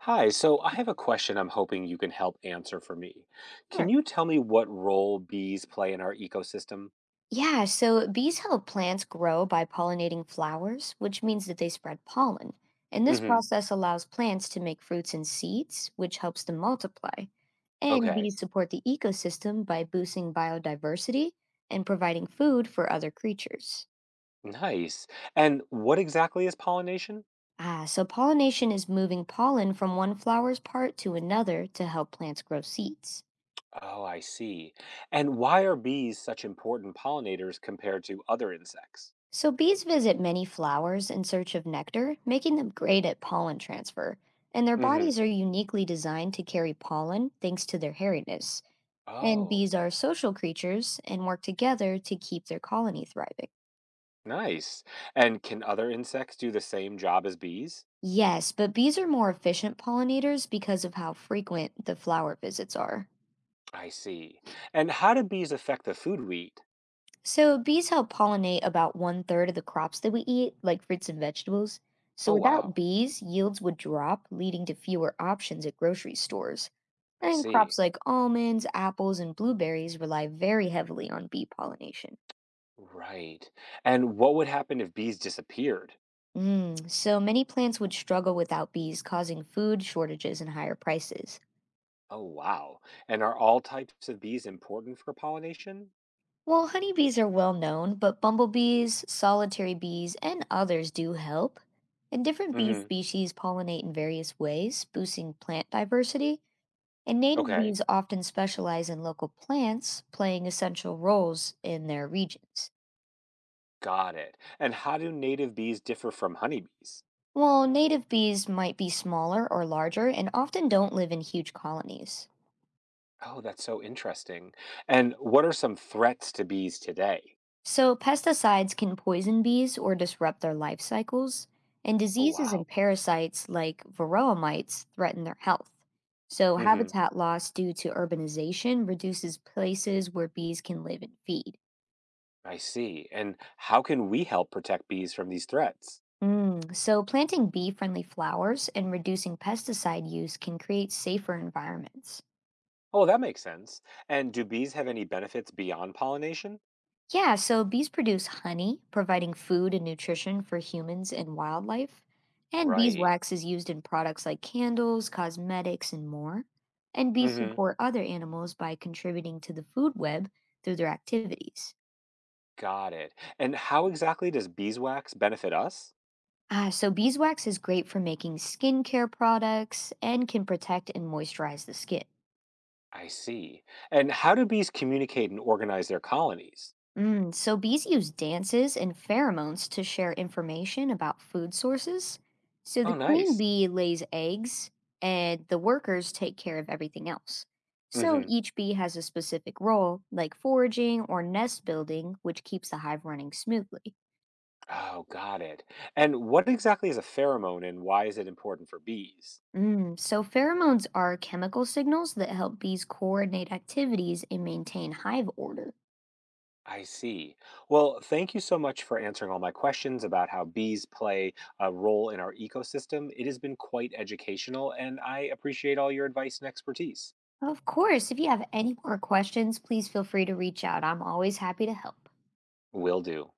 Hi, so I have a question I'm hoping you can help answer for me. Can Sure. you tell me what role bees play in our ecosystem? Yeah, so bees help plants grow by pollinating flowers, which means that they spread pollen. And this Hmm. process allows plants to make fruits and seeds, which helps them multiply. And Okay, bees support the ecosystem by boosting biodiversity and providing food for other creatures. nice. And what exactly is pollination? Ah, so pollination is moving pollen from one flower's part to another to help plants grow seeds. Oh, I see. And why are bees such important pollinators compared to other insects? So bees visit many flowers in search of nectar, making them great at pollen transfer. And their Hmm. bodies are uniquely designed to carry pollen thanks to their hairiness. And Oh, bees are social creatures and work together to keep their colony thriving. nice. And can other insects do the same job as bees? Yes, but bees are more efficient pollinators because of how frequent the flower visits are. I see. And how do bees affect the food we eat? So bees help pollinate about one third of the crops that we eat, like fruits and vegetables. So Oh, without wow, bees, yields would drop, leading to fewer options at grocery stores. I And see. crops like almonds, apples, and blueberries rely very heavily on bee pollination. Right. And what would happen if bees disappeared? So many plants would struggle without bees, causing food shortages and higher prices. Oh, wow. And are all types of bees important for pollination? Well, honeybees are well known, but bumblebees, solitary bees, and others do help. And different bee Hmm. species pollinate in various ways, boosting plant diversity. And native Okay, bees often specialize in local plants, playing essential roles in their regions. got it. And how do native bees differ from honeybees? While native bees might be smaller or larger and often don't live in huge colonies. Oh, that's so interesting. And what are some threats to bees today? So, pesticides can poison bees or disrupt their life cycles, and Oh, diseases wow. and parasites like varroa mites threaten their health. So, Hmm. habitat loss due to urbanization reduces places where bees can live and feed. I see. And how can we help protect bees from these threats? So, planting bee friendly flowers and reducing pesticide use can create safer environments. Oh, well, that makes sense. And do bees have any benefits beyond pollination? Yeah, so bees produce honey, providing food and nutrition for humans and wildlife. And Right. beeswax is used in products like candles, cosmetics, and more. And bees Hmm. support other animals by contributing to the food web through their activities. Got it. And how exactly does beeswax benefit us? Ah, so beeswax is great for making skincare products and can protect and moisturize the skin. I see. And how do bees communicate and organize their colonies? So bees use dances and pheromones to share information about food sources. So Oh, the queen nice. bee lays eggs, and the workers take care of everything else. So Hmm. each bee has a specific role, like foraging or nest building, which keeps the hive running smoothly. Oh, got it. And what exactly is a pheromone and why is it important for bees? So pheromones are chemical signals that help bees coordinate activities and maintain hive order. I see. Well, thank you so much for answering all my questions about how bees play a role in our ecosystem. It has been quite educational, and I appreciate all your advice and expertise. Of course, if you have any more questions, please feel free to reach out. I'm always happy to help. Will do.